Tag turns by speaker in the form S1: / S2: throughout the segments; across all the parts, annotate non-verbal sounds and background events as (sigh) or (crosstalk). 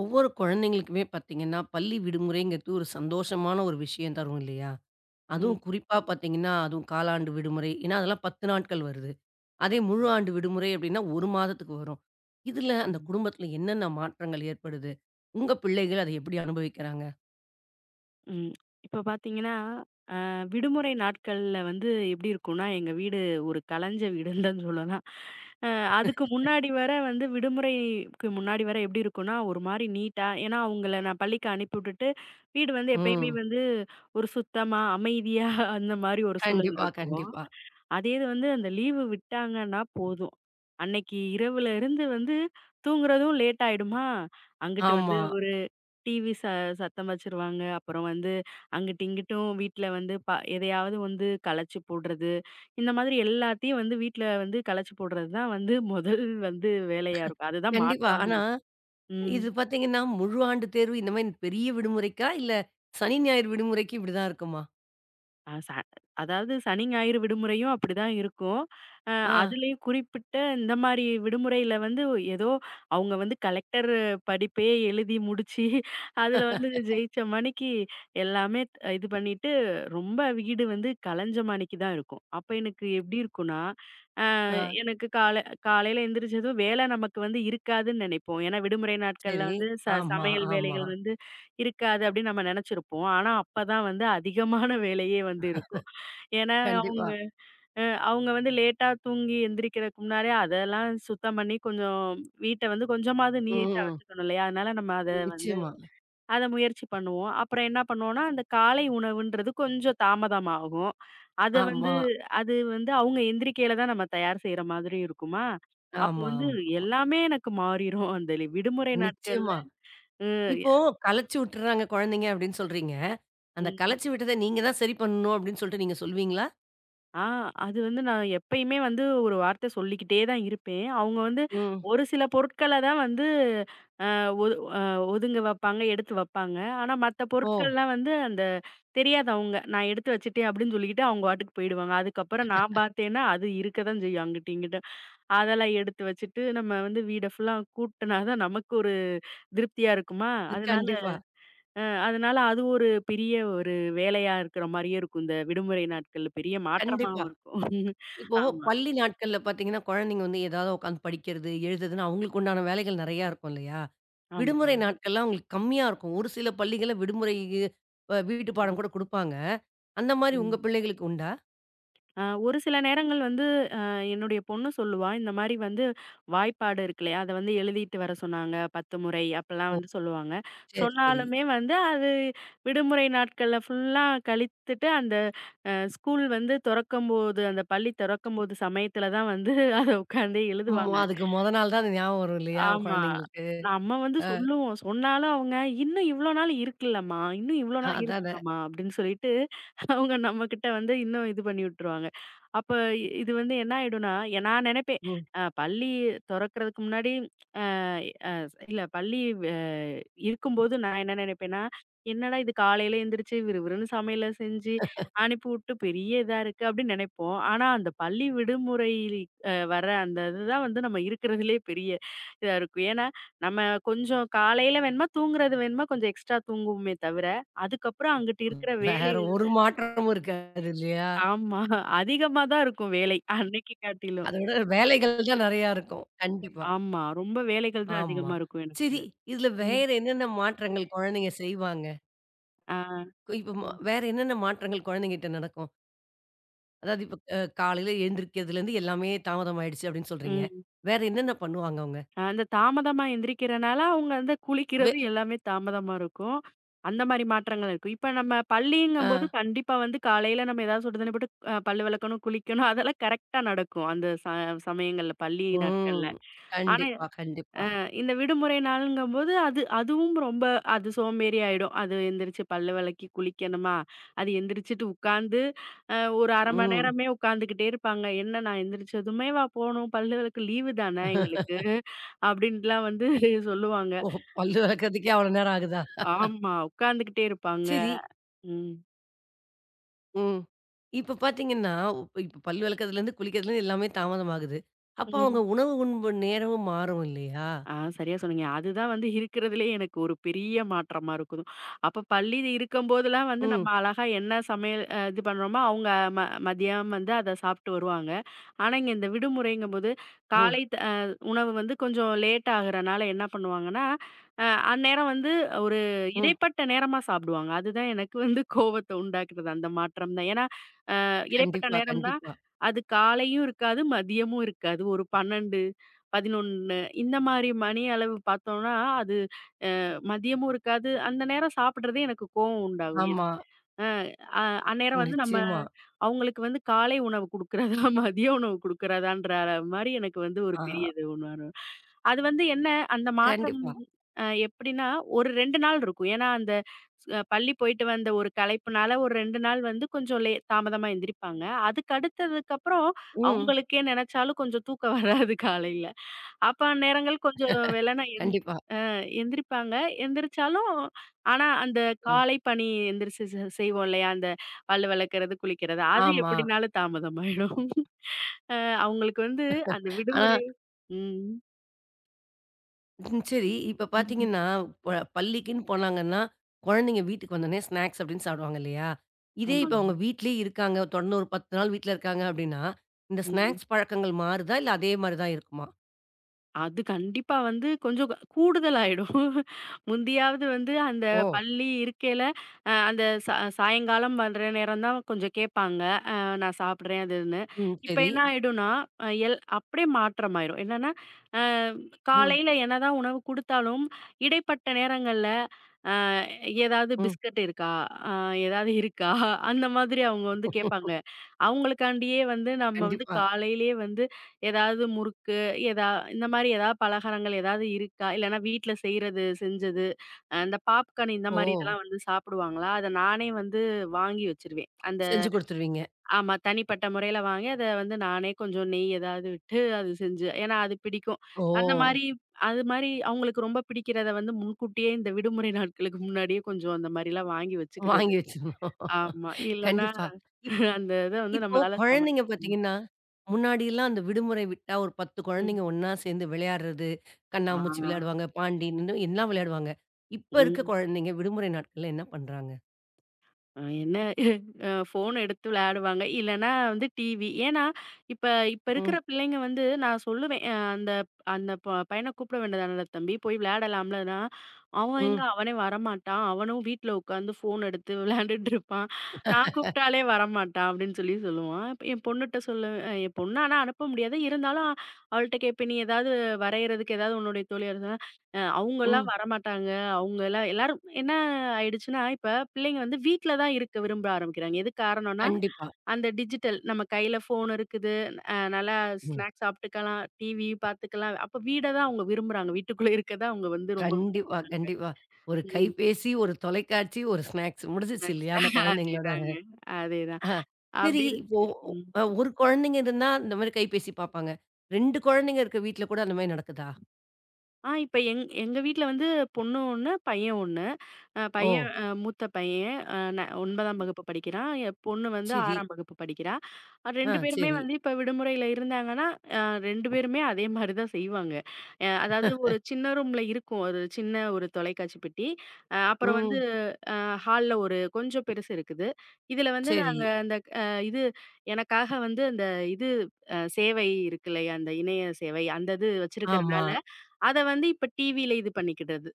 S1: ஒவ்வொரு குழந்தைங்களுக்குமே பார்த்தீங்கன்னா, பள்ளி விடுமுறைங்கிறது ஒரு சந்தோஷமான ஒரு விஷயம் தரும் இல்லையா?
S2: ம்.
S1: அதுவும் குறிப்பா பார்த்தீங்கன்னா, அதுவும் காலாண்டு விடுமுறை. ஏன்னா, அதெல்லாம் 10 நாட்கள் வருது. அதே முழு
S2: ம்.
S1: ஆண்டு விடுமுறை அப்படின்னா, 1 மாதத்துக்கு வரும். இதுல அந்த
S2: ம்.
S1: குடும்பத்துல என்னென்ன மாற்றங்கள் ஏற்படுது? உங்க பிள்ளைகள் அதை எப்படி அனுபவிக்கிறாங்க?
S2: ம். இப்ப பார்த்தீங்கன்னா, விடுமுறை நாட்கள்ல வந்து எப்படி இருக்கும்னா, எங்க வீடு ஒரு கலஞ்ச வீடுன்னு தான் சொல்லலாம். அ அதுக்கு முன்னாடி வர வந்து விடுமுறைக்கு முன்னாடி வர எப்படி இருக்கும்னா, ஒரு மாரி நீட்டா ஏன்னா அவங்கள நான் பள்ளிக்கு அனுப்பி விட்டுட்டு, வீடு வந்து எப்பயுமே
S1: ம்.
S2: வந்து ஒரு சுத்தமா, அமைதியா அந்த மாரி ஒரு சூழல்
S1: கண்டிப்பா,
S2: இருக்கும்.
S1: கண்டிப்பா.
S2: அதே இது வந்து அந்த லீவு விட்டாங்கன்னா போதும். அன்னைக்கு இரவுல இருந்து வந்து தூங்குறதும் லேட் ஆயிடுமா, அங்கிட்டு வந்து
S1: ஆமா.
S2: ஒரு டிவி சத்தம் வச்சுருவாங்க. அப்புறம் வந்து அங்கிட்டு இங்கிட்டும் வீட்ல வந்து எதையாவது வந்து கலச்சு போடுறது. இந்த மாதிரி எல்லாத்தையும் வந்து வீட்ல வந்து கலச்சு போடுறது தான் வந்து முதல் வந்து வேலையா இருக்கும். அதுதான்
S1: கண்டிப்பா.
S2: மாற்றமா
S1: ஆனா,
S2: இருக்கும். ம்.
S1: இது பார்த்தீங்கன்னா, முழு ஆண்டு தேர்வு இந்த மாரி பெரிய விடுமுறைக்கா? இல்ல சனி, ஞாயிறு விடுமுறைக்கு இப்படிதான் இருக்குமா?
S2: அ ச அதாவது சனி, ஞாயிறு விடுமுறையும் அப்படிதான் இருக்கும். அ
S1: ஆ,
S2: அதுலயும் குறிப்பிட்ட இந்த மாரி விடுமுறையில வந்து ஏதோ அவங்க வந்து கலெக்டர் படிப்பே எழுதி முடிச்சு, அதுல வந்து ஜெயிச்ச மணிக்கு எல்லாமே இது பண்ணிட்டு, ரொம்ப வீடு வந்து கலஞ்ச மாணிக்கு தான் இருக்கும். அப்ப எனக்கு எப்படி இருக்கும்னா,
S1: ஆ.
S2: எனக்கு காலையில எந்திரிச்சதும் வேலை நமக்கு வந்து இருக்காதுன்னு நினைப்போம். ஏன்னா, விடுமுறை நாட்கள்ல
S1: சரி.
S2: வந்து
S1: ஆமா,
S2: சமையல்
S1: ஆமா.
S2: வேலைகள் வந்து இருக்காது அப்படின்னு நம்ம நெனைச்சிருப்போம். ஆனா, அப்பதான் வந்து அதிகமான (laughs) வேலையே வந்து இருக்கும். ஏன்னா,
S1: கண்டிப்பா.
S2: அ அவங்க வந்து லேட்டா தூங்கி எந்திரிக்கிறதுக்கு முன்னாடியே அதெல்லாம் சுத்தம் பண்ணி கொஞ்சம் வீட்ட வந்து கொஞ்சமாவது நீட்டா
S1: ம்.
S2: வச்சுக்கணும் இல்லையா? அதனால நம்ம
S1: நிச்சயமா.
S2: அத முயற்சி பண்ணுவோம். அப்புறம் என்ன பண்ணுவோம்னா, அந்த காலை உணவுன்றது கொஞ்சம் தாமதமாகும். அத வந்து
S1: ஆமா,
S2: அது வந்து அவங்க எந்திரிக்கையில தான் நம்ம தயார் செய்ற மாதிரி இருக்குமா, அப்ப
S1: ஆமா,
S2: வந்து
S1: ஆமா.
S2: எல்லாமே எனக்கு மாறிரும். அந்த விடுமுறை நாட்கள்ல
S1: நிச்சயமா.
S2: ம் ய
S1: இப்போ கலச்சு விட்டுறாங்க குழந்தைங்க அப்படின்னு சொல்றீங்க. அந்த
S2: ம்.
S1: கலச்சு விட்டத நீங்க தான் சரி பண்ணணும் அப்படின்னு சொல்லிட்டு நீங்க சொல்லுவீங்களா?
S2: ஆ அது வந்து நான் எப்பயுமே வந்து ஒரு வார்த்தை சொல்லிக்கிட்டே தான் இருப்பேன். அவங்க வந்து
S1: ம்.
S2: ஒரு சில பொருட்கள தான் வந்து அ ஒது அ ஒதுங்க வப்பாங்க, எடுத்து வப்பாங்க. ஆனா மத்த
S1: ஓ!
S2: பொருட்கள்லாம் வந்து அந்த தெரியாது அவங்க. நான் எடுத்து வச்சுட்டேன் அப்படின்னு சொல்லிக்கிட்டு அவங்க பாட்டுக்கு போயிடுவாங்க. அதுக்கப்புறம் நான் பார்த்தேன்னா, அது இருக்க தான் செய்யும் அங்கிட்டும், இங்கிட்டும். அதெல்லாம் எடுத்து வச்சுட்டு நம்ம வந்து வீட ஃபுல்லா கூட்டுனா தான் நமக்கு ஒரு திருப்தியா இருக்குமா. அதனால
S1: கண்டிப்பா,
S2: அதனால அது ஒரு பெரிய ஒரு வேலையா இருக்கிற மாரியே இருக்கும். இந்த விடுமுறை நாட்கள்ல பெரிய
S1: கண்டிப்பா.
S2: மாற்றமாவும் இருக்கும். (laughs)
S1: இப்போ
S2: ஆமா,
S1: பள்ளி நாட்கள்ல பார்த்தீங்கன்னா, குழந்தைங்க வந்து ஏதாவது உட்காந்து படிக்கிறது, எழுதுதுன்னு அவங்களுக்கு உண்டான வேலைகள் நெறையா இருக்கும் இல்லையா?
S2: ஆமா.
S1: விடுமுறை நாட்கள்லாம் அவங்களுக்கு கம்மியா இருக்கும். ஒரு சில பள்ளிகள்ல விடுமுறைக்கு வீட்டு
S2: ம்,
S1: பாடம் கூட குடுப்பாங்க. அந்த மாரி உங்க
S2: ம்.
S1: பிள்ளைகளுக்கு உண்டா?
S2: ஒரு சில நேரங்கள் வந்து அ என்னுடைய பொண்ணு சொல்லுவா, இந்த மாரி வந்து வாய்ப்பாடு இருக்கு இல்லையா? அத வந்து எழுதிட்டு வர சொன்னாங்க 10 முறை அப்பலாம்
S1: ஓ!
S2: வந்து சொல்லுவாங்க.
S1: சரி, சரி.
S2: சொன்னாலுமே வந்து அது விடுமுறை நாட்கள்ல ஃபுல்லா கழித்துட்டு அந்த ஸ்கூல் வந்து தொறக்கும்போது, அந்த பள்ளி தொறக்கும்போது சமயத்துல தான் வந்து (laughs) அத உட்காந்து எழுதுவாங்க.
S1: ஆமா. அதுக்கு மொத நாள் தான் அது ஞாபகம் வரும் இல்லையா?
S2: ஆமா.
S1: குழந்தைங்களுக்கு.
S2: நம்ம வந்து
S1: அ
S2: சொல்லுவோம். சொன்னாலும் அவங்க, "இன்னும் இவ்ளோ நாள் இருக்குல்லம்மா, இன்னும் இவ்ளோ நாள்
S1: அதானே.
S2: இருக்குங்கம்மா" அப்படின்னு சொல்லிட்டு அவங்க நம்மகிட்ட வந்து இன்னும் இது பண்ணி விட்டுருவாங்க. அப்ப இது வந்து என்ன ஆயிடும்னா, நான் நெனைப்பேன்,
S1: ம்.
S2: பள்ளி தொறக்கறதுக்கு முன்னாடி அ அ இல்ல பள்ளி வ இருக்கும்போது நான் என்ன நெனைப்பேன்னா, "என்னடா இது காலையில எந்திரிச்சு விறுவிறுன்னு சமையல செஞ்சு அனுப்பிவுட்டு பெரிய இதா இருக்கு" அப்படின்னு நெனைப்போம். ஆனா அந்த பள்ளி விடுமுறை வர அந்த இதுதான் வந்து நம்ம இருக்கிறதுலயே பெரிய இதா இருக்கும். ஏன்னா, நம்ம கொஞ்சம் காலையில வேணுமா தூங்குறது வேணுமா கொஞ்சம் எக்ஸ்ட்ரா தூங்குவோமே தவிர, அதுக்கப்புறம் அங்கிட்டு இருக்கிற வேலை
S1: வேற ஒரு மாற்றமும் இருக்காது இல்லையா?
S2: ஆமா. அதிகமா தான் இருக்கும் வேலை. அன்னைக்கு காட்டிலும்.
S1: அதோட வேலைகள் தான் நெறையா இருக்கும். கண்டிப்பா.
S2: ஆமா. ரொம்ப வேலைகள் தான்
S1: ஆமா.
S2: அதிகமா இருக்கும் எனக்கு.
S1: சரி, இதுல
S2: ம்.
S1: வேற என்னென்ன மாற்றங்கள் குழந்தைங்க செய்வாங்க?
S2: ஆ.
S1: இப்ப
S2: ம்.
S1: வேற என்னென்ன மாற்றங்கள் குழந்தைங்ககிட்ட நடக்கும்? அதாவது இப்ப காலையில எழுந்திரிக்கிறதுலேருந்து எல்லாமே தாமதம் ஆயிடுச்சு அப்படின்னு சொல்றீங்க.
S2: ம்.
S1: வேற என்னென்ன பண்ணுவாங்க அவங்க?
S2: அந்த தாமதமா எந்திரிக்கிறனால, அவங்க வந்து
S1: வே
S2: குளிக்கிறது எல்லாமே தாமதமா இருக்கும். அந்த மாரி மாற்றங்கள் இருக்கும். இப்ப நம்ம பள்ளிங்கும்போது
S1: ஆ.
S2: கண்டிப்பா வந்து காலையில நம்ம ஏதாவது சுடு தண்ணி போட்டு பல்லு விளக்கணும், குளிக்கணும் அதெல்லாம் கரெக்ட்டா நடக்கும். அந்த ச சமயங்கள்ல பள்ளி நாட்கள்ல.
S1: ம்.
S2: ஆனா
S1: கண்டிப்பா, கண்டிப்பா.
S2: இந்த விடுமுறை நாளுங்கும்போது, அது அதுவும் ரொம்ப அது சோம்பேறி ஆயிடும். அது எந்திரிச்சு பல்லு வெளக்கி குளிக்கணுமா? அது எந்திரிச்சுட்டு உட்காந்து, ஒரு 1/2 மணி
S1: ம்.
S2: நேரமே உட்காந்துக்கிட்டே இருப்பாங்க. "என்ன நான் எந்திரிச்சதுமே வா போணும், பல்லு வெளக்க லீவு தான எங்களுக்கு" அப்படின்ட்டுலாம் வந்து சொல்லுவாங்க.
S1: ஓ! பல்லு விளக்கறதுக்கே அவ்வளோ நேரம் ஆகுதா?
S2: ஆமா, உட்காந்துக்கிட்டே இருப்பாங்க.
S1: சரி.
S2: ம்.
S1: ம். இப்ப பாத்தீங்கன்னா, இப்ப இப்ப பல் விளக்கறதுலேருந்து, குளிக்கிறதுலேருந்து எல்லாமே தாமதமாகுது. அப்ப
S2: ம்.
S1: அவங்க உணவு உண்பு நேரமும் மாறும் இல்லையா?
S2: ஆ சரியா சொன்னீங்க. அதுதான் வந்து இருக்கிறதுலயே எனக்கு ஒரு பெரிய மாற்றமா இருக்கும். அப்ப பள்ளி இருக்கும்போதெல்லாம் வந்து நம்ம
S1: ம்,
S2: அழகா என்ன சமையல் இது பண்றோமோ, அவங்க ம மதியம் வந்து அத சாப்பிட்டு வருவாங்க. ஆனா, இங்க இந்த விடுமுறைங்கும்போது
S1: ம்,
S2: காலை த அ உணவு வந்து கொஞ்சம் லேட் ஆகுறனால என்ன பண்ணுவாங்கன்னா, அ அந்நேரம் வந்து ஒரு
S1: ம்.
S2: இடைப்பட்ட நேரமா சாப்பிடுவாங்க. அதுதான் எனக்கு வந்து கோவத்த உண்டாக்குறது அந்த மாற்றம் தான். ஏன்னா, இடைப்பட்ட
S1: கண்டிப்பா,
S2: நேரம்னா,
S1: கண்டிப்பா.
S2: அது காலையும் இருக்காது, மதியமும் இருக்காது. ஒரு 12, 11 இந்த மாரி மணி அளவு பார்த்தோம்னா, அது மதியமும் இருக்காது. அந்த நேரம் சாப்பிடுறதே எனக்கு கோவம் உண்டாகும். எது
S1: ஆமா,
S2: அ அ அந்நேரம் வந்து நம்ம
S1: நிச்சயமா.
S2: அவங்களுக்கு வந்து காலை உணவு குடுக்கிறதா, (laughs) மதிய உணவு குடுக்கிறதான்ற மாரி எனக்கு வந்து ஒரு
S1: ஆ
S2: பெரிய இது உணர்வு. அது வந்து என்ன, அந்த மாற்றம்
S1: கண்டிப்பா.
S2: எப்படின்னா, ஒரு 2 நாள் இருக்கும். ஏன்னா, அந்த ஸ் பள்ளி போயிட்டு வந்த ஒரு களைப்புனால, ஒரு 2 நாள் வந்து கொஞ்சம் தாமதமா எந்திரிப்பாங்க. அதுக்கு அடுத்ததுக்கப்புறம்
S1: ம்.
S2: அவங்களுக்கே நெனச்சாலும் கொஞ்சம் தூக்கம் (laughs) வராது காலையில. அப்ப அந்நேரங்கள் கொஞ்சம் வெள்ளன எந்
S1: கண்டிப்பா.
S2: எந்திரிப்பாங்க. எந்திரிச்சாலும், ஆனா அந்த
S1: ம்.
S2: காலை பணி எந்திரிச்சு செய்வோம் இல்லையா? அந்த பல்லு வெளக்குறது, குளிக்கிறது, அது
S1: ஆமா.
S2: எப்படினாலும் தாமதமாயிடும். அ அவங்களுக்கு வந்து அந்த
S1: ஆனா,
S2: விடுமுறை ம்.
S1: சரி, இப்ப
S2: ம்.
S1: பாத்தீங்கன்னா, ப பள்ளிக்குன்னு போனாங்கன்னா, குழந்தைங்க வீட்டுக்கு வந்தோனே ஸ்நாக்ஸ் அப்படின்னு சாப்பிடுவாங்க இல்லையா? இதே இப்ப அவங்க
S2: ஆமாங்க.
S1: வீட்லயே இருக்காங்க, தொடர்ந்து ஒரு 10 நாள் வீட்ல இருக்காங்க அப்படின்னா, இந்த
S2: ம்.
S1: ஸ்நாக்ஸ் பழக்கங்கள் மாறுதா? இல்ல அதே மாரி தான் இருக்குமா?
S2: அது கண்டிப்பா வந்து கொஞ்சம் கூடுதல் ஆயிடும். முந்தியாவது வந்து அந்த
S1: ஓ!
S2: பள்ளி இருக்கையில, அந்த சாயங்காலம் வர்ற நேரம் தான் கொஞ்சம் கேட்பாங்க. அ நான் சாப்பிடுறேன் அதுன்னு.
S1: ம்.
S2: இப்ப
S1: சரி.
S2: என்ன ஆயிடும்னா, அ எல் அப்படியே மாற்றம் ஆயிரும். என்னன்னா, அ
S1: ம்.
S2: காலையில என்னதான் உணவு குடுத்தாலும், இடைப்பட்ட நேரங்கள்ல ஏதாவது
S1: ம்.
S2: பிஸ்கட் இருக்கா? அ ஏதாவது இருக்கா? அந்த மாதிரி அவங்க வந்து கேட்பாங்க. அவங்களுக்காண்டியே வந்து நம்ம வந்து
S1: கண்டிப்பா.
S2: காலையிலேயே வந்து ஏதாவது முறுக்கு, எதா இந்த மாரி ஏதாவது பலகாரங்கள் ஏதாவது இருக்கா? இல்லன்னா வீட்ல செய்றது, செஞ்சது, இந்த பாப்கார்ன் இந்த
S1: ஓ!
S2: மாரி இதெல்லாம் வந்து சாப்பிடுவாங்களா? அத நானே வந்து வாங்கி வச்சுருவேன். அந்த
S1: செஞ்சு குடுத்துருவீங்க.
S2: ஆமா. தனிப்பட்ட முறையில வாங்கி, அத வந்து நானே கொஞ்சம் நெய் ஏதாவது விட்டு அது செஞ்சு ஏன்னா அது பிடிக்கும்.
S1: ஓ!
S2: அந்த மாரி அது மாரி அவங்களுக்கு ரொம்ப பிடிக்கிறத வந்து முன்கூட்டியே இந்த விடுமுறை நாட்களுக்கு முன்னாடியே கொஞ்சம் அந்த மாரிலாம் வாங்கி வச்சுக்கிறது.
S1: வாங்கி வச்சிரணும்.
S2: ஆமா. இல்லன்னா
S1: கண்டிப்பா. இப்
S2: அந்த இத வந்து
S1: இப்போ
S2: நம்மளால சமாளிக்க
S1: குழந்தைங்க
S2: ம்.
S1: பார்த்தீங்கன்னா, முன்னாடிலாம் அந்த விடுமுறை விட்டா ஒரு 10
S2: ம்.
S1: குழந்தைங்க ஒண்ணா சேர்ந்து விளையாடுறது,
S2: ஆ.
S1: கண்ணாமூச்சி விளையாடுவாங்க, பாண்டின்னு எல்லாம் விளையாடுவாங்க. இப்ப இருக்க
S2: ம்.
S1: குழந்தைங்க விடுமுறை நாட்கள்ல என்ன பண்றாங்க?
S2: அ என்ன அ ஃபோன் எடுத்து விளையாடுவாங்க. இல்லன்னா வந்து டிவி. ஏன்னா, இப்ப இப்ப இருக்கிற
S1: ம்.
S2: பிள்ளைங்க வந்து நான் சொல்லுவேன். அ அந்த அந்த பையன கூப்பிட வேண்டியதானடா தம்பி, போய் விளையாடலாம்லன்னா, அவன் எங்க
S1: ம்.
S2: அவனே வரமாட்டான். அவனும் வீட்ல உட்காந்து ஃபோன் எடுத்து விளையாண்டுட்டு இருப்பான். நான் கூப்பிட்டாலே வரமாட்டான் அப்படின்னு சொல்லி சொல்லுவான். இப்ப என் பொண்ணுட்ட சொல்லு என் பொண்ண ஆனா அனுப்ப முடியாது. இருந்தாலும் அவள்ட்ட கேட்பேன், "நீ ஏதாவது வரையறதுக்கு ஏதாவது உன்னுடைய தோழி அவங்கலாம்
S1: ம்.
S2: வரமாட்டாங்க. அவங்கலாம் எல்லாரும் என்ன ஆயிடுச்சுன்னா, இப்ப பிள்ளைங்க வந்து வீட்ல தான் இருக்க விரும்ப ஆரம்பிக்கிறாங்க. எதுக்கு காரணம்னா,
S1: கண்டிப்பா.
S2: அந்த டிஜிட்டல் நம்ம கையில ஃபோன் இருக்குது. நல்லா
S1: ம்.
S2: ஸ்நாக்ஸ் சாப்பிட்டுக்கலாம், டிவி பார்த்துக்கலாம். அப்ப வீட தான் அவங்க விரும்புறாங்க. வீட்டுக்குள்ள இருக்க தான் அவங்க வந்து ரொம்ப
S1: கண்டிப்பா,
S2: விரும்புறாங்க.
S1: கண்டிப்பா. ஒரு
S2: ம்.
S1: கைபேசி, ஒரு தொலைக்காட்சி, ஒரு ஸ்நாக்ஸ் முடிஞ்சிச்சு
S2: ஸ்நாக்ஸ்
S1: இல்லையா? அந்த
S2: (laughs)
S1: குழந்தைங்களோட
S2: அதேதாங்க. அதேதான்.
S1: ஆஹ. சரி
S2: அப்படி
S1: இப்போ
S2: இருக்கு.
S1: ஒ-
S2: ம்.
S1: அ ஒரு குழந்தைங்க இருந்தா இந்த மாரி கைபேசி பார்ப்பாங்க. 2 குழந்தைங்க இருக்க வீட்ல கூட அந்த மாரி நடக்குதா?
S2: ஆ இப்ப எங்க வீட்ல வந்து பொண்ணு 1, பையன் 1. அ
S1: ஓ!
S2: பையன் அ மூத்த பையன் அ ந 9ஆம் வகுப்பு படிக்கிறான். என் பொண்ணு வந்து
S1: சரி.
S2: 6ஆம் வகுப்பு படிக்கிறா.
S1: ஆ
S2: 2 பேருமே
S1: சரி.
S2: வந்து இப்ப விடுமுறையில இருந்தாங்கன்னா, அ 2 பேருமே அதே மாரி தான் செய்வாங்க. அதாவது ஒரு சின்ன ரூம்ல இருக்கும். ஒரு சின்ன ஒரு தொலைக்காட்சி பெட்டி. அப்புறம் வந்து
S1: ம்.
S2: அ ஹால்ல ஒரு கொஞ்சம் பெருசு இருக்குது. இதுல வந்து
S1: சரி.
S2: நாங்க அந்த அ இது எனக்காக வந்து அந்த இது அ சேவை இருக்கு இல்லையா? அந்த இணைய சேவை அந்த இது
S1: ஆமா.
S2: வச்சிருக்கிறனால அத வந்து இப்ப டிவில இது பண்ணிக்கிட்டது.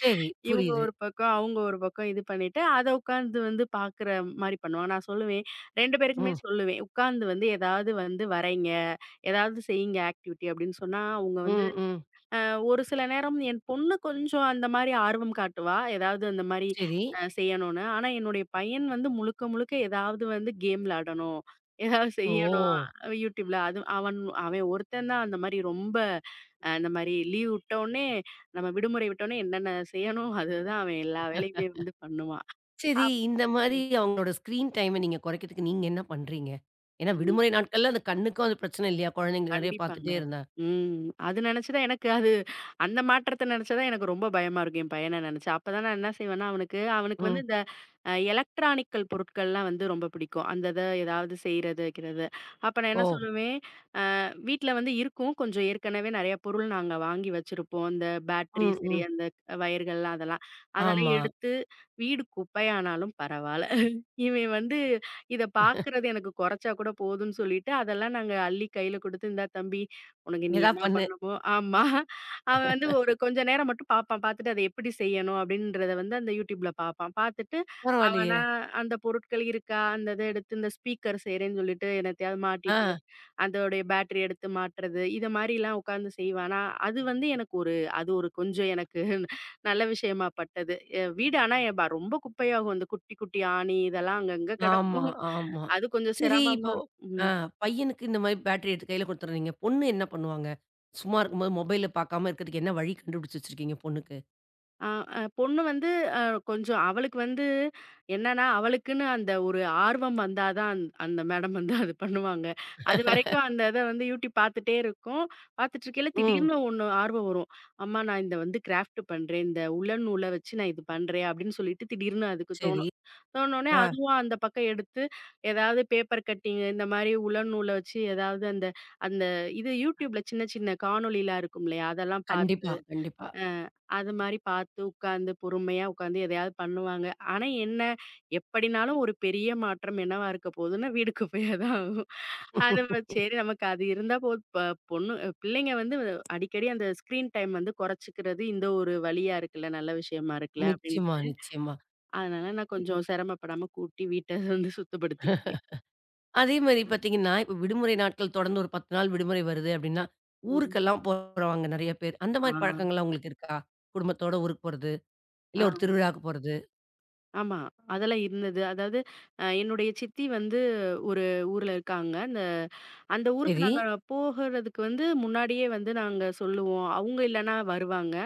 S1: சரி.
S2: இவங்க
S1: புரியுது.
S2: ஒரு பக்கம், அவங்க ஒரு பக்கம் இது பண்ணிட்டு, அத உட்கார்ந்து வந்து பார்க்குற மாரி பண்ணுவாங்க. நான் சொல்லுவேன், 2 பேருக்குமே
S1: ம்.
S2: சொல்லுவேன். உட்கார்ந்து வந்து ஏதாவது வந்து வரைங்க, ஏதாவது செய்யுங்க ஆக்டிவிட்டி அப்படின்னு சொன்னா, அவங்க வந்து
S1: ம். ம்.
S2: அ ஒரு சில நேரம் என் பொண்ணு கொஞ்சம் அந்த மாரி ஆர்வம் காட்டுவா. ஏதாவது அந்த மாரி
S1: சரி.
S2: செய்யணும்னு. ஆனா என்னுடைய பையன் வந்து முழுக்க முழுக்க ஏதாவது வந்து கேம் விளையாடணும். ஏதாவது
S1: ஓ!
S2: செய்யணும். YouTubeல அது அவன் அவன் ஒருத்தன் தான் அந்த மாரி ரொம்ப இந்த மாரி லீவ் விட்டோனே, நம்ம விடுமுறை விட்டோனே என்னென்ன செய்யணும் அதுதான் அவன் எல்லா வேலையுமே வந்து பண்ணுவான்.
S1: சரி
S2: அப்
S1: இந்த மாரி அவங்களோட ஸ்க்ரீன் டைம நீங்க குறைக்கிறதுக்கு நீங்க என்ன பண்றீங்க? ஏன்னா
S2: ம்.
S1: விடுமுறை நாட்கள்ல அந்த கண்ணுக்கும் அது பிரச்சனை இல்லையா? குழந்தைங்க நெறைய
S2: கண்டிப்பாங்க.
S1: பார்த்துட்டே இருந்தா.
S2: ம். அது நெனச்சு தான் எனக்கு அது அந்த மாற்றத்த நெனச்சா தான் எனக்கு ரொம்ப பயமா இருக்கும், என் பையன நெனச்சு. அப்ப தான் நான் என்ன செய்வேன்னா, அவனுக்கு அவனுக்கு வந்து
S1: ம்.
S2: இந்த எலக்ட்ரானிக்கல் பொருட்கள்லாம் வந்து ரொம்ப பிடிக்கும். அந்த இத ஏதாவது செய்றது, வைக்கிறது. அப்ப நான்
S1: ஓ!
S2: என்ன சொல்லுவேன், வீட்ல வந்து இருக்கும். கொஞ்சம் ஏற்கனவே நெறைய பொருள் நாங்க வாங்கி வச்சிருப்போம். இந்த பேட்டரி
S1: ம்.
S2: சரி,
S1: ம்.
S2: அந்த வயர்கள்லாம் அதெல்லாம். அதெல்லாம்
S1: ஆமா.
S2: எடுத்து வீடு குப்பையானாலும் பரவால்ல. இவன் வந்து இத பார்க்குறது எனக்கு குறைச்சா கூட போதும்ன்னு சொல்லிட்டு, அதெல்லாம் நாங்க அள்ளி கையில குடுத்து, "இந்தா தம்பி, உனக்கு நீ
S1: ஏதா
S2: என்ன
S1: பண்ணு.
S2: பண்ணணுமோ" ஆமா. அவன் வந்து ஒரு கொஞ்ச நேரம் மட்டும் பார்ப்பான். பார்த்துட்டு அதை எப்படி செய்யணும் அப்படின்றத வந்து அந்த YouTubeல பார்ப்பான். பார்த்துட்டு
S1: பரவாயில்லையே!
S2: அவனா அந்த பொருட்கள் இருக்கா, அந்த இத எடுத்து இந்த ஸ்பீக்கர் செய்றேன்னு சொல்லிட்டு என்னத்தையாவது
S1: ஆ.
S2: மாட்டிட்டு அதோடைய பேட்டரி எடுத்து மாட்டுறது, இத மாரிலாம் உட்காந்து செய்வேன். ஆனா, அது வந்து எனக்கு ஒரு அது ஒரு கொஞ்சம் எனக்கு (laughs) நல்ல விஷயமா பட்டது. வீடு ஆனா எ ப ரொம்ப குப்பையாகும். இந்த குட்டி குட்டி ஆணி இதெல்லாம் அங்கங்க
S1: ஆமா,
S2: கிடக்கும்.
S1: ஆமா.
S2: அது கொஞ்சம்
S1: சரி
S2: சிரமமா
S1: இப்போ
S2: இருக்கும்.
S1: அ
S2: ம்.
S1: பையனுக்கு இந்த மாரி பேட்டரி எடுத்து கையில குடுத்துடுறீங்க. பொண்ணு என்ன பண்ணுவாங்க? சும்மா இருக்கும்போது மொபைல பாக்காம இருக்கிறதுக்கு என்ன வழி கண்டுபிடிச்சு வச்சிருக்கீங்க பொண்ணுக்கு?
S2: ஆ, அ பொண்ணு வந்து அ கொஞ்சம் அவளுக்கு வந்து என்னன்னா, அவளுக்குன்னு அந்த ஒரு ஆர்வம் வந்தா தான் அந்த மேடம் வந்து அது பண்ணுவாங்க. அதுவரைக்கும் அந்த இத வந்து யூடியூப் பார்த்துட்டே இருக்கும். பார்த்துட்டுருக்கையில
S1: ம்.
S2: திடீர்னு ஒண்ணு ஆர்வம் வரும். அம்மா நான் இந்த வந்து கிராஃப்ட் பண்றேன். இந்த உலன் நூல வச்சு நான் இது பண்றேன் அப்படின்னு சொல்லிட்டு திடீர்னு அதுக்கு
S1: சரி.
S2: தோணும். தோணுனே
S1: ஆ.
S2: அதுவும் அந்த பக்கம் எடுத்து ஏதாவது பேப்பர் கட்டிங் இந்த மாரி உலன் நூல வச்சு ஏதாவது அந்த அந்த இது யூடியூப்ல சின்ன சின்ன காணொளிலாம் இருக்கும் இல்லையா? அதெல்லாம் பார்த்து
S1: கண்டிப்பா, கண்டிப்பா.
S2: அது மாரி பார்த்து உட்கார்ந்து, பொறுமையா உட்கார்ந்து எதையாவது பண்ணுவாங்க. ஆனா என்ன, எப்படினாலும் ஒரு பெரிய மாற்றம் என்னவா இருக்க போகுதுன்னா, வீடு குப்பையா தான் ஆகும். அது சரி நமக்கு அது இருந்தா போதும். பொண்ணு பிள்ளைங்க வந்து அடிக்கடி அந்த ஸ்க்ரீன் டைம் வந்து குறைச்சுக்கிறது இந்த ஒரு வழியா இருக்குல்ல, நல்ல விஷயமா இருக்குல்ல
S1: நிச்சயமா,
S2: அப்படின்ட்டு,
S1: நிச்சயமா.
S2: அதனால நான்
S1: இப்
S2: கொஞ்சம் சிரமப்படாம கூட்டி வீட்ட வந்து சுத்தப்படுத்திக்குவேன்.
S1: அதே மாரி
S2: ம்.
S1: பாத்தீங்கன்னா, இப்ப விடுமுறை நாட்கள் தொடர்ந்து ஒரு 10 நாள் விடுமுறை வருது அப்டின்னா,
S2: ம்.
S1: ஊருக்கெல்லாம் போறவங்க நெறைய பேர். அந்த
S2: ஆ.
S1: மாரி பழக்கங்கள்லாம் உங்களுக்கு இருக்கா? குடும்பத்தோட ஊருக்கு போறது, இல்ல ஒரு
S2: ஆ.
S1: திருவிழாவுக்கு போறது.
S2: ஆமா. அதெல்லாம் இருந்தது. அதாவது என்னுடைய சித்தி வந்து ஒரு ஊர்ல இருக்காங்க. அந்த அந்த ஊருக்கு
S1: சரி.
S2: நாங்க போகறதுக்கு வந்து முன்னாடியே வந்து நாங்க சொல்லுவோம். அவங்க இல்லன்னா வருவாங்க.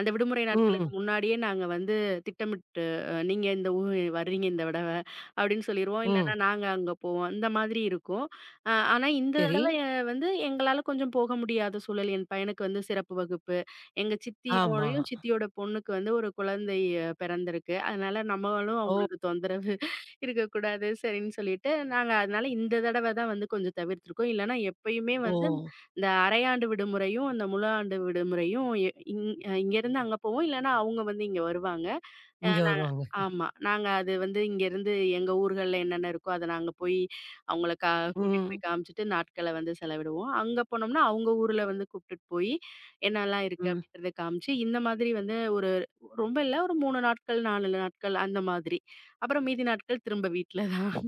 S2: அந்த விடுமுறை நாட்களுக்கு
S1: ம்,
S2: முன்னாடியே நாங்க வந்து திட்டமிட்டு "நீங்க இந்த ஊ வர்றீங்க இந்த தடவ" அப்படின்னு சொல்லிருவோம்.
S1: ம்.
S2: இல்லன்னா நாங்க அங்க போவோம். இந்த மாதிரி இருக்கும். ஆனா இந்த
S1: சரி.
S2: தடவ வந்து எங்களால கொஞ்சம் போக முடியாத சூழல். என் பையனுக்கு வந்து சிறப்பு வகுப்பு எங்க
S1: ஆமா.
S2: சித்தியோடையும், சித்தியோட பொண்ணுக்கு வந்து ஒரு குழந்தை பிறந்திருக்கு. அதனால நம்மளும்
S1: ஓ!
S2: அவங்களுக்கு தொந்தரவு (laughs) இருக்கக்கூடாது. சரின்னு சொல்லிட்டு, நாங்க அதனால இந்த தடவ தான் வந்து கொஞ்சம் தவிர்த்திருக்கோம். இல்லன்னா எப்பயுமே
S1: ஓ!
S2: வந்து இந்த அரையாண்டு விடுமுறையும், அந்த முழு ஆண்டு விடுமுறையும் எ இங் இங்கேருந்து அங்க போவோம். இல்லன்னா அவங்க வந்து இங்க வருவாங்க. அ
S1: இங்க
S2: நாங்க
S1: வருவாங்க.
S2: ஆமா. நாங்க அது வந்து இங்கேருந்து எங்க ஊர்கள்ல என்னென்ன இருக்கோ, அத நாங்க போய் அவங்கள கா கூட்டிட்டு
S1: ம்,
S2: போய் காமிச்சுட்டு நாட்கள வந்து செலவிடுவோம். அங்க போனோம்னா, அவங்க ஊர்ல வந்து கூப்ட்டுட்டு போய் என்னலாம் இருக்கு
S1: ம்.
S2: அப்படின்றத காமிச்சு, இந்த மாதிரி வந்து ஒரு ரொம்ப இல்ல ஒரு 3 நாட்கள், 4 நாட்கள் அந்த மாதிரி. அப்புறம் மீதி நாட்கள் திரும்ப வீட்ல தான்.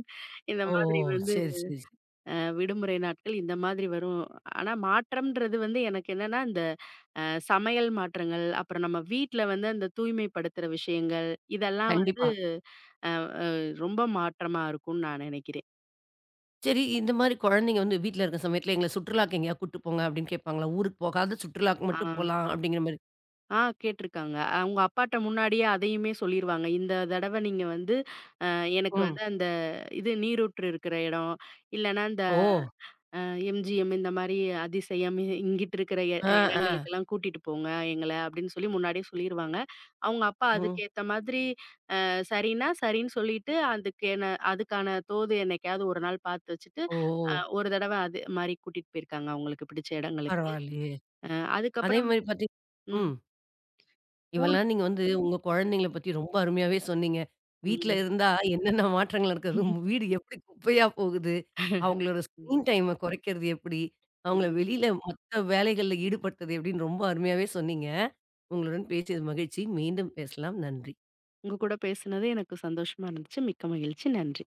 S2: இந்த
S1: ஓ!
S2: மாதிரி வந்து
S1: சரி, சரி, சரி.
S2: விடுமுறை நாட்கள் இந்த மாதிரி வரும். ஆனா மாற்றம்ன்றது வந்து எனக்கு என்னன்னா, இந்த அ சமையல் மாற்றங்கள், அப்புறம் நம்ம வீட்ல வந்து அந்த தூய்மைப்படுத்துற விஷயங்கள், இதெல்லாம் வந்து
S1: கண்டிப்பா.
S2: அ அ ரொம்ப மாற்றமா இருக்கும்னு நான் நினைக்கிறேன்.
S1: சரி இந்த மாரி குழந்தைங்க வந்து வீட்ல இருக்க சமயத்துல எங்கள சுற்றுலாக்கு எங்கேயா கூட்டு போங்க அப்படின்னு கேட்பாங்களா? ஊருக்கு போகாத சுற்றுலாக்கு
S2: ஆ.
S1: மட்டும் போலாம் அப்படிங்கிற மாரி.
S2: ஆ கேட்டுருக்காங்க. அவங்க அப்பாட்ட முன்னாடியே அதையுமே சொல்லிருவாங்க. இந்த தடவ நீங்க வந்து அ எனக்கு
S1: ம்.
S2: வந்து அந்த இது நீரூற்று இருக்கிற இடம், இல்லன்னா இந்த
S1: ஓ!
S2: அ MGM இந்த மாரி அதிசயம் இங்கிட்டு இருக்கிற
S1: ஆ, ஆ.
S2: இடங்களுக்கெல்லாம் கூட்டிட்டு போங்க எங்கள அப்படின்னு சொல்லி முன்னாடியே சொல்லிருவாங்க. அவங்க அப்பா
S1: ம்.
S2: அதுக்கேத்த மாதிரி சரின்னா, சரின்னு சொல்லிட்டு அதுக்கு என்ன அதுக்கான தோது என்னைக்காவது ஒரு நாள் பார்த்து வச்சுட்டு,
S1: ஓ!
S2: ஒரு தடவ அது மாரி கூட்டிட்டு போயிருக்காங்க அவங்களுக்கு பிடிச்ச இடங்களுக்கு.
S1: பரவாயில்லையே!
S2: அ
S1: அதே
S2: அதுக்கப்புறம்
S1: மாரி பாத்தீங்
S2: ம்
S1: ம்.
S2: ஊர்
S1: இவெல்லாம் நீங்க வந்து உங்க குழந்தைங்கள பத்தி ரொம்ப அருமையாவே சொன்னீங்க. வீட்ல
S2: ம்
S1: இருந்தா என்னென்ன மாற்றங்கள் நடக்குது? உங்க வீடு எப்படி குப்பையா போகுது? அவங்களோட
S2: ம்.
S1: ஸ்க்ரீன் டைம குறைக்கிறது எப்படி? அவங்கள
S2: ம்.
S1: வெளியில மத்த வேலைகள்ல ஈடுபடுத்துறது எப்படின்னு ரொம்ப அருமையாவே சொன்னீங்க. உங்களுடன் பேசியது மகிழ்ச்சி. மீண்டும் பேசலாம். நன்றி.
S2: உங்க கூட பேசுனது எனக்கு சந்தோஷமா இருந்துச்சு. மிக்க மகிழ்ச்சி. நன்றி.